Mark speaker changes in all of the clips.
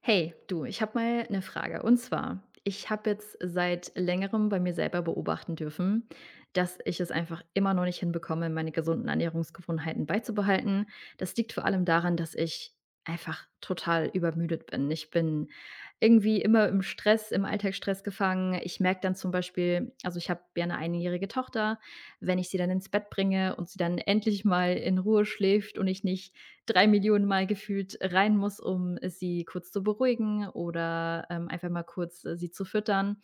Speaker 1: Hey, du, ich habe mal eine Frage. Und zwar, ich habe jetzt seit Längerem bei mir selber beobachten dürfen, dass ich es einfach immer noch nicht hinbekomme, meine gesunden Ernährungsgewohnheiten beizubehalten. Das liegt vor allem daran, dass ich einfach total übermüdet bin. Ich bin irgendwie immer im Alltagsstress gefangen. Ich merke dann zum Beispiel also, ich habe ja eine einjährige Tochter, wenn ich sie dann ins Bett bringe und sie dann endlich mal in Ruhe schläft und ich nicht 3 Millionen Mal gefühlt rein muss, um sie kurz zu beruhigen oder einfach mal kurz, sie zu füttern,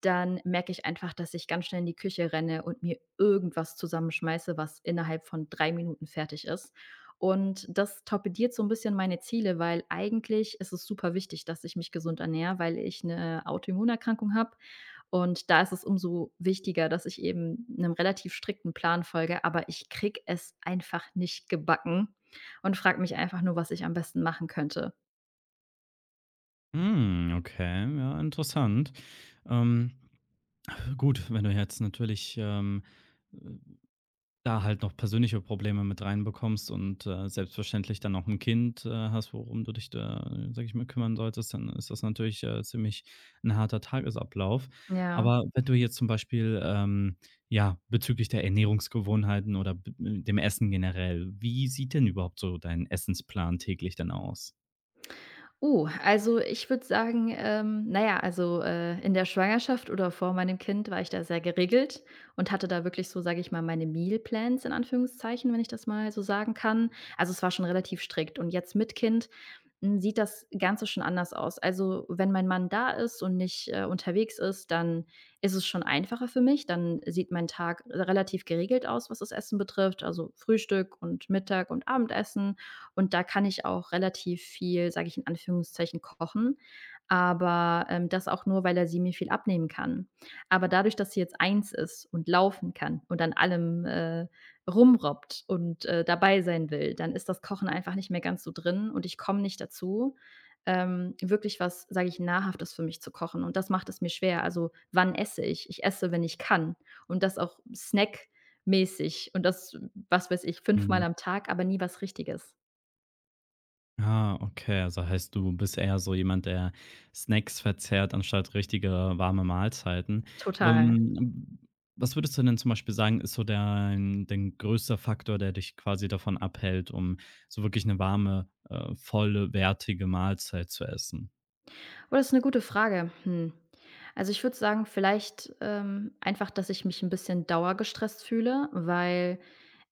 Speaker 1: dann merke ich einfach, dass ich ganz schnell in die Küche renne und mir irgendwas zusammenschmeiße, was innerhalb von 3 Minuten fertig ist. Und das torpediert so ein bisschen meine Ziele, weil eigentlich ist es super wichtig, dass ich mich gesund ernähre, weil ich eine Autoimmunerkrankung habe und da ist es umso wichtiger, dass ich eben einem relativ strikten Plan folge, aber ich kriege es einfach nicht gebacken und frage mich einfach nur, was ich am besten machen könnte.
Speaker 2: Hm, okay, ja, interessant. Ähm, gut, wenn du jetzt natürlich, da halt noch persönliche Probleme mit reinbekommst und, selbstverständlich dann noch ein Kind, hast, worum du dich da, sage ich mal, kümmern solltest, dann ist das natürlich, ziemlich ein harter Tagesablauf.
Speaker 1: Ja.
Speaker 2: Aber wenn du jetzt zum Beispiel, ja, bezüglich der Ernährungsgewohnheiten oder b dem Essen generell, wie sieht denn überhaupt so dein Essensplan täglich dann aus?
Speaker 1: Oh, also ich würde sagen, na ja, also in der Schwangerschaft oder vor meinem Kind war ich da sehr geregelt und hatte da wirklich so, sage ich mal, meine Meal Plans in Anführungszeichen, wenn ich das mal so sagen kann. Also, es war schon relativ strikt und jetzt mit Kind, sieht das Ganze schon anders aus. Also, wenn mein Mann da ist und nicht, unterwegs ist, dann ist es schon einfacher für mich. Dann sieht mein Tag relativ geregelt aus, was das Essen betrifft, also Frühstück und Mittag und Abendessen und da kann ich auch relativ viel, sage ich in Anführungszeichen, kochen, aber das auch nur, weil er sie mir viel abnehmen kann. Aber dadurch, dass sie jetzt eins ist und laufen kann und an allem, rumrobbt und, dabei sein will, dann ist das Kochen einfach nicht mehr ganz so drin und ich komme nicht dazu, wirklich was, sage ich, Nahrhaftes für mich zu kochen und das macht es mir schwer. Also, wann esse ich? Ich esse, wenn ich kann und das auch snackmäßig und das, was weiß ich, fünfmal
Speaker 2: Mhm.
Speaker 1: am Tag, aber nie was Richtiges.
Speaker 2: Ah, okay. Also heißt, du bist eher so jemand, der Snacks verzehrt anstatt richtige warme Mahlzeiten.
Speaker 1: Total.
Speaker 2: Wom Was würdest du denn zum Beispiel sagen, ist so der dein größter Faktor, der dich quasi davon abhält, um so wirklich eine warme, volle, wertige Mahlzeit zu essen?
Speaker 1: Oh, das ist 'ne gute Frage. Hm. Also, ich würde sagen, vielleicht, einfach, dass ich mich 'n bisschen dauergestresst fühle, weil,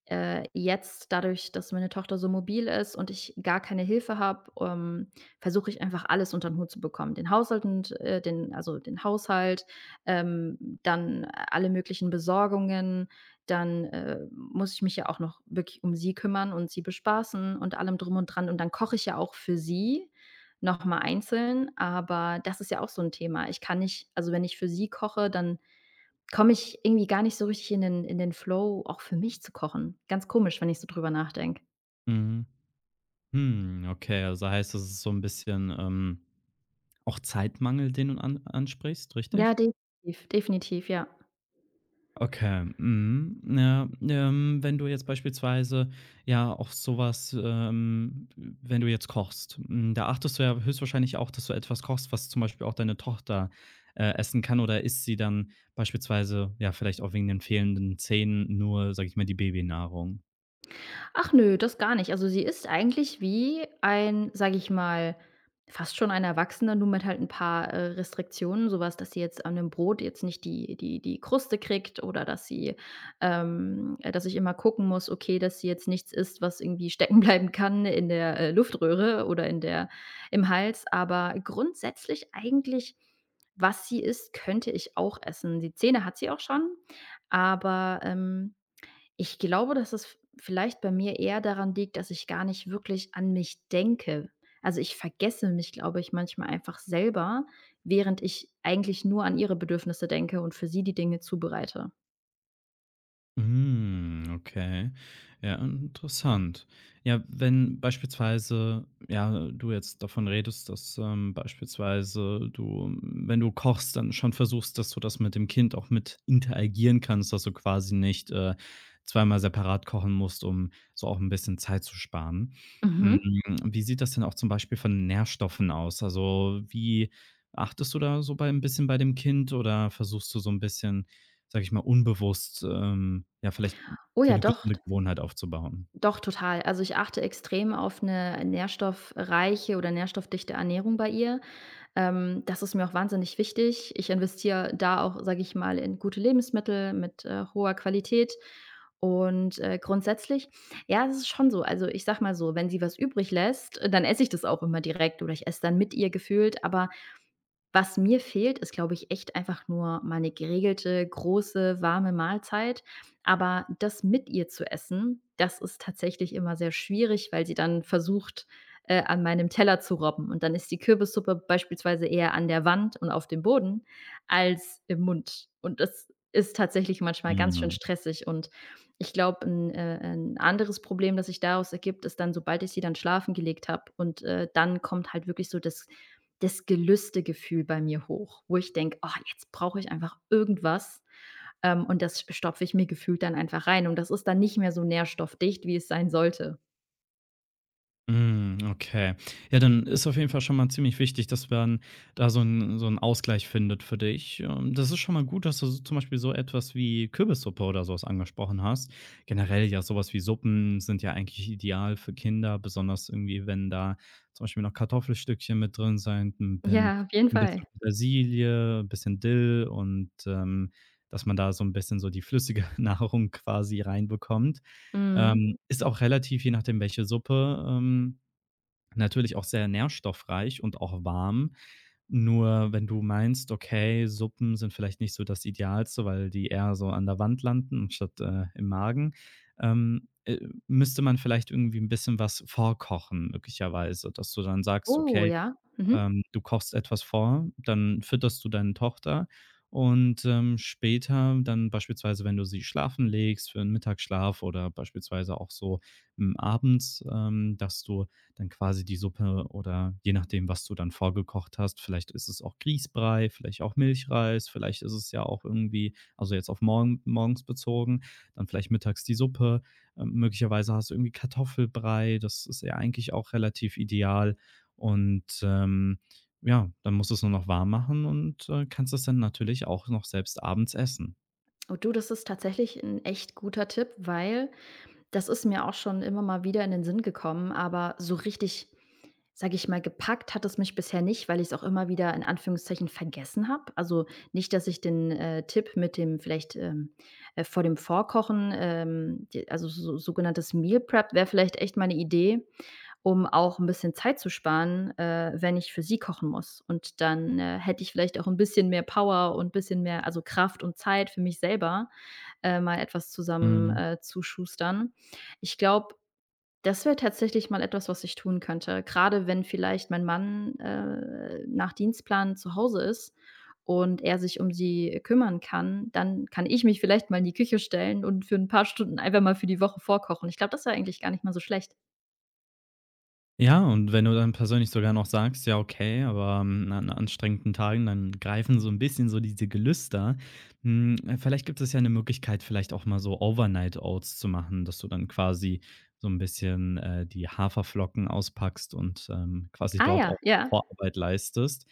Speaker 1: äh, jetzt dadurch, dass meine Tochter so mobil ist und ich gar keine Hilfe habe, versuche ich einfach alles unter 'n Hut zu bekommen. Den Haushalt und, den also, den Haushalt, dann alle möglichen Besorgungen, dann muss ich mich ja auch noch wirklich um sie kümmern und sie bespaßen und allem drum und dran und dann koche ich ja auch für sie noch mal einzeln, aber das ist ja auch so 'n Thema. Ich kann nicht also, wenn ich für sie koche, dann komme ich irgendwie gar nicht so richtig in den Flow, auch für mich zu kochen. Ganz komisch, wenn ich so drüber nachdenke.
Speaker 2: Mhm. Hm, okay. Also heißt, das ist so ein bisschen, auch Zeitmangel, den du an ansprichst,
Speaker 1: Ja,
Speaker 2: richtig?
Speaker 1: definitiv, definitiv, ja.
Speaker 2: Okay, mhm. Ja, wenn du jetzt beispielsweise ja auch sowas, wenn du jetzt kochst, hm, da achtest du ja höchstwahrscheinlich auch, dass du etwas kochst, was zum Beispiel auch deine Tochter, essen kann oder isst sie dann beispielsweise, ja, vielleicht auch wegen den fehlenden Zähnen nur, sage ich mal, die Babynahrung?
Speaker 1: Ach nö, das gar nicht. Also, sie ist eigentlich wie ein, sage ich mal, fast schon ein Erwachsener, nur mit halt ein paar, Restriktionen, sowas, dass sie jetzt an dem Brot jetzt nicht die Kruste kriegt oder dass sie dass ich immer gucken muss, okay, dass sie jetzt nichts isst, was irgendwie stecken bleiben kann in der, Luftröhre oder in der im Hals. Aber grundsätzlich eigentlich, was sie isst, könnte ich auch essen. Die Zähne hat sie auch schon, aber ich glaube, dass es vielleicht bei mir eher daran liegt, dass ich gar nicht wirklich an mich denke. Also, ich vergesse mich, glaube ich, manchmal einfach selber, während ich eigentlich nur an ihre Bedürfnisse denke und für sie die Dinge zubereite.
Speaker 2: Hm, okay. Ja, interessant. Ja, wenn beispielsweise, ja, du jetzt davon redest, dass, beispielsweise du, wenn du kochst, dann schon versuchst, dass du das mit dem Kind auch mit interagieren kannst, dass du quasi nicht, zweimal separat kochen musst, um so auch ein bisschen Zeit zu sparen. Hm,
Speaker 1: Mhm.
Speaker 2: wie sieht das denn auch zum Beispiel von Nährstoffen aus? Also, wie achtest du da so bei 'n bisschen bei dem Kind oder versuchst du so ein bisschen, sage ich mal, unbewusst, ja, vielleicht
Speaker 1: Oh
Speaker 2: so
Speaker 1: ja,
Speaker 2: 'ne
Speaker 1: doch,
Speaker 2: gesunde Gewohnheit aufzubauen.
Speaker 1: doch total. Also, ich achte extrem auf eine nährstoffreiche oder nährstoffdichte Ernährung bei ihr. Das ist mir auch wahnsinnig wichtig. Ich investiere da auch, sage ich mal, in gute Lebensmittel mit, hoher Qualität und grundsätzlich ja, das ist schon so. Also, ich sage mal so, wenn sie was übrig lässt, dann esse ich das auch immer direkt oder ich esse dann mit ihr gefühlt, aber was mir fehlt, ist, glaube ich, echt einfach nur mal 'ne geregelte, große, warme Mahlzeit. Aber das mit ihr zu essen, das ist tatsächlich immer sehr schwierig, weil sie dann versucht, an meinem Teller zu robben. Und dann ist die Kürbissuppe beispielsweise eher an der Wand und auf dem Boden als im Mund. Und das ist tatsächlich manchmal ganz schön
Speaker 2: Mhm.
Speaker 1: stressig. Und ich glaube, ein 'n anderes Problem, das sich daraus ergibt, ist dann, sobald ich sie dann schlafen gelegt habe und, dann kommt halt wirklich so das Gelüstegefühl bei mir hoch, wo ich denke: „Oh, jetzt brauche ich einfach irgendwas." Und das stopfe ich mir gefühlt dann einfach rein und das ist dann nicht mehr so nährstoffdicht, wie es sein sollte.
Speaker 2: Hm, okay. Ja, dann ist auf jeden Fall schon mal ziemlich wichtig, dass man da so 'n Ausgleich findet für dich. Das ist schon mal gut, dass du so zum Beispiel so etwas wie Kürbissuppe oder so was angesprochen hast. Generell ja sowas wie Suppen sind ja eigentlich ideal für Kinder, besonders irgendwie, wenn da zum Beispiel noch Kartoffelstückchen mit drin sind, ein bisschen
Speaker 1: Ja, auf jeden
Speaker 2: 'n bisschen
Speaker 1: Fall.
Speaker 2: Petersilie, ein bisschen Dill und, dass man da so ein bisschen so die flüssige Nahrung quasi reinbekommt.
Speaker 1: Mhm.
Speaker 2: Ist auch relativ, je nachdem, welche Suppe, natürlich auch sehr nährstoffreich und auch warm. Nur wenn du meinst: „Okay, Suppen sind vielleicht nicht so das Idealste, weil die eher so an der Wand landen statt im Magen“, ähm, äh, müsste man vielleicht irgendwie ein bisschen was vorkochen möglicherweise, dass du dann sagst:
Speaker 1: Oh,
Speaker 2: „Okay“.
Speaker 1: ja. Mhm.
Speaker 2: Du kochst etwas vor, dann fütterst du deine Tochter und, später dann beispielsweise, wenn du sie schlafen legst für einen Mittagsschlaf oder beispielsweise auch so, hm, abends, dass du dann quasi die Suppe oder je nachdem, was du dann vorgekocht hast, vielleicht ist es auch Grießbrei, vielleicht auch Milchreis, vielleicht ist es ja auch irgendwie, also jetzt auf morgens bezogen, dann vielleicht mittags die Suppe. Möglicherweise hast du irgendwie Kartoffelbrei, das ist ja eigentlich auch relativ ideal. Und, ja, dann musst du es nur noch warm machen und, kannst es dann natürlich auch noch selbst abends essen.
Speaker 1: Oh du, das ist tatsächlich ein echt guter Tipp, weil das ist mir auch schon immer mal wieder in den Sinn gekommen, aber so richtig, sage ich mal, gepackt hat es mich bisher nicht, weil ich es auch immer wieder in Anführungszeichen vergessen habe. Also, nicht, dass ich den, Tipp mit dem vielleicht, vor dem Vorkochen, d also so sogenanntes Meal Prep wäre vielleicht echt mal 'ne Idee, um auch ein bisschen Zeit zu sparen, wenn ich für sie kochen muss. Und dann, hätte ich vielleicht auch ein bisschen mehr Power und ein bisschen mehr also Kraft und Zeit für mich selber, mal etwas zusammen,
Speaker 2: Mhm.
Speaker 1: zuschustern. Ich glaube, das wäre tatsächlich mal etwas, was ich tun könnte, gerade wenn vielleicht mein Mann, nach Dienstplan zu Hause ist und er sich um sie kümmern kann, dann kann ich mich vielleicht mal in die Küche stellen und für ein paar Stunden einfach mal für die Woche vorkochen. Ich glaube, das wäre eigentlich gar nicht mal so schlecht.
Speaker 2: Ja, und wenn du dann persönlich sogar noch sagst: „Ja, okay, aber, hm, an anstrengenden Tagen, dann greifen so ein bisschen so diese Gelüster.“ Hm, vielleicht gibt es ja eine Möglichkeit, vielleicht auch mal so Overnight Oats zu machen, dass du dann quasi so ein bisschen, die Haferflocken auspackst und, quasi
Speaker 1: Ah
Speaker 2: dort
Speaker 1: ja,
Speaker 2: auch
Speaker 1: ja.
Speaker 2: Vorarbeit leistest.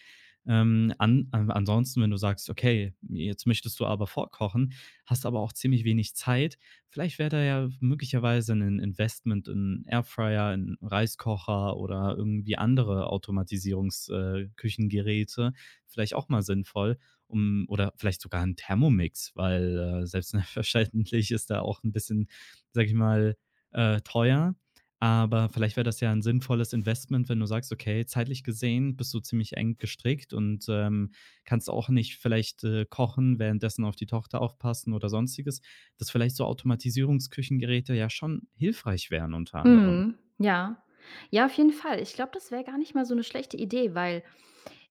Speaker 2: An an ansonsten, wenn du sagst: „Okay, jetzt möchtest du aber vorkochen, hast aber auch ziemlich wenig Zeit“, vielleicht wäre da ja möglicherweise ein Investment in Airfryer, in Reiskocher oder irgendwie andere Automatisierungsküchengeräte Küchengeräte vielleicht auch mal sinnvoll, um, oder vielleicht sogar ein Thermomix, weil, selbstverständlich ist da auch ein bisschen, sage ich mal, teuer. Aber vielleicht wäre das ja ein sinnvolles Investment, wenn du sagst: „Okay, zeitlich gesehen bist du ziemlich eng gestrickt und, kannst auch nicht vielleicht, kochen, währenddessen auf die Tochter aufpassen oder Sonstiges“, dass vielleicht so Automatisierungsküchengeräte ja schon hilfreich wären unter anderem.
Speaker 1: Mhm, ja. Ja, auf jeden Fall. Ich glaube, das wäre gar nicht mal so eine schlechte Idee, weil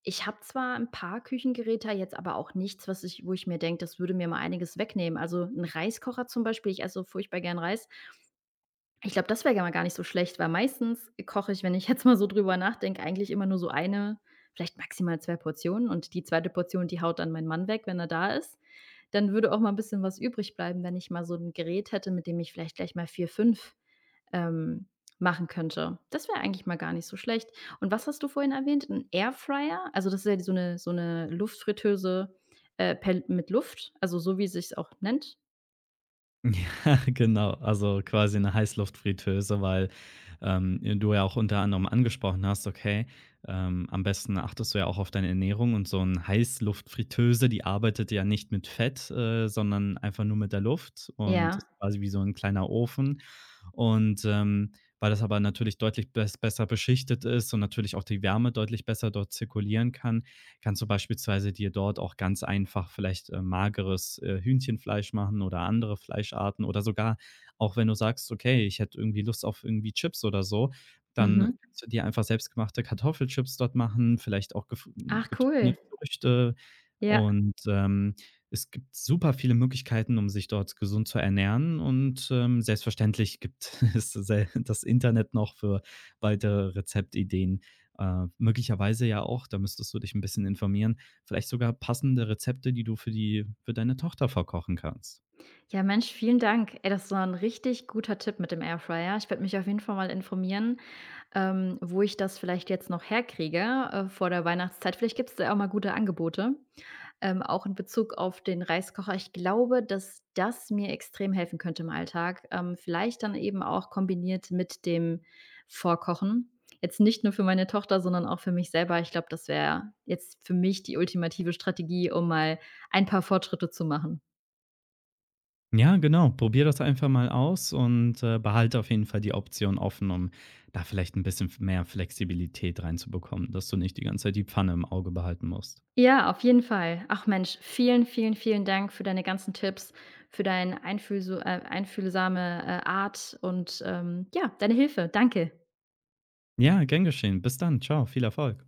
Speaker 1: ich habe zwar ein paar Küchengeräte, jetzt aber auch nichts, was ich wo ich mir denke, das würde mir mal einiges wegnehmen. Also, ein Reiskocher zum Beispiel, ich esse so furchtbar gern Reis. Ich glaube, das wäre ja mal gar nicht so schlecht, weil meistens koche ich, wenn ich jetzt mal so drüber nachdenke, eigentlich immer nur so eine, vielleicht maximal 2 Portionen und die zweite Portion, die haut dann mein Mann weg, wenn er da ist. Dann würde auch mal ein bisschen was übrig bleiben, wenn ich mal so ein Gerät hätte, mit dem ich vielleicht gleich mal 4, 5 ähm, machen könnte. Das wäre eigentlich mal gar nicht so schlecht. Und was hast du vorhin erwähnt? Ein Airfryer? Also, das ist ja so eine Luftfritteuse, per mit Luft, also, so wie sich's auch nennt?
Speaker 2: Ja, genau. Also, quasi eine Heißluftfritteuse, weil, du ja auch unter anderem angesprochen hast, okay, am besten achtest du ja auch auf deine Ernährung, und so 'n Heißluftfritteuse, die arbeitet ja nicht mit Fett, sondern einfach nur mit der Luft und
Speaker 1: Ja.
Speaker 2: ist quasi wie so ein kleiner Ofen. Und, weil das aber natürlich deutlich besser beschichtet ist und natürlich auch die Wärme deutlich besser dort zirkulieren kann, kannst du beispielsweise dir dort auch ganz einfach vielleicht, mageres, Hühnchenfleisch machen oder andere Fleischarten oder sogar auch, wenn du sagst: „Okay, ich hätte irgendwie Lust auf irgendwie Chips oder so“, dann
Speaker 1: Mhm.
Speaker 2: kannst du dir einfach selbstgemachte Kartoffelchips dort machen, vielleicht auch gef
Speaker 1: Ach cool.
Speaker 2: getrocknete Früchte
Speaker 1: Ja.
Speaker 2: und, es gibt super viele Möglichkeiten, um sich dort gesund zu ernähren, und, selbstverständlich gibt es sel das Internet noch für weitere Rezeptideen. Möglicherweise ja auch, da müsstest du dich ein bisschen informieren, vielleicht sogar passende Rezepte, die du für deine Tochter verkochen kannst.
Speaker 1: Ja, Mensch, vielen Dank. Ey, das war ein richtig guter Tipp mit dem Airfryer. Ich werde mich auf jeden Fall mal informieren, wo ich das vielleicht jetzt noch herkriege, vor der Weihnachtszeit. Vielleicht gibt es da ja auch mal gute Angebote. Auch in Bezug auf den Reiskocher. Ich glaube, dass das mir extrem helfen könnte im Alltag. Vielleicht dann eben auch kombiniert mit dem Vorkochen. Jetzt nicht nur für meine Tochter, sondern auch für mich selber. Ich glaube, das wäre jetzt für mich die ultimative Strategie, um mal ein paar Fortschritte zu machen.
Speaker 2: Ja, genau, probier das einfach mal aus und, behalte auf jeden Fall die Option offen, um da vielleicht ein bisschen mehr Flexibilität reinzubekommen, dass du nicht die ganze Zeit die Pfanne im Auge behalten musst.
Speaker 1: Ja, auf jeden Fall. Ach Mensch, vielen, vielen, vielen Dank für deine ganzen Tipps, für deine einfühlso einfühlsame, Art und, ja, deine Hilfe. Danke.
Speaker 2: Ja, gern geschehen. Bis dann. Ciao, viel Erfolg.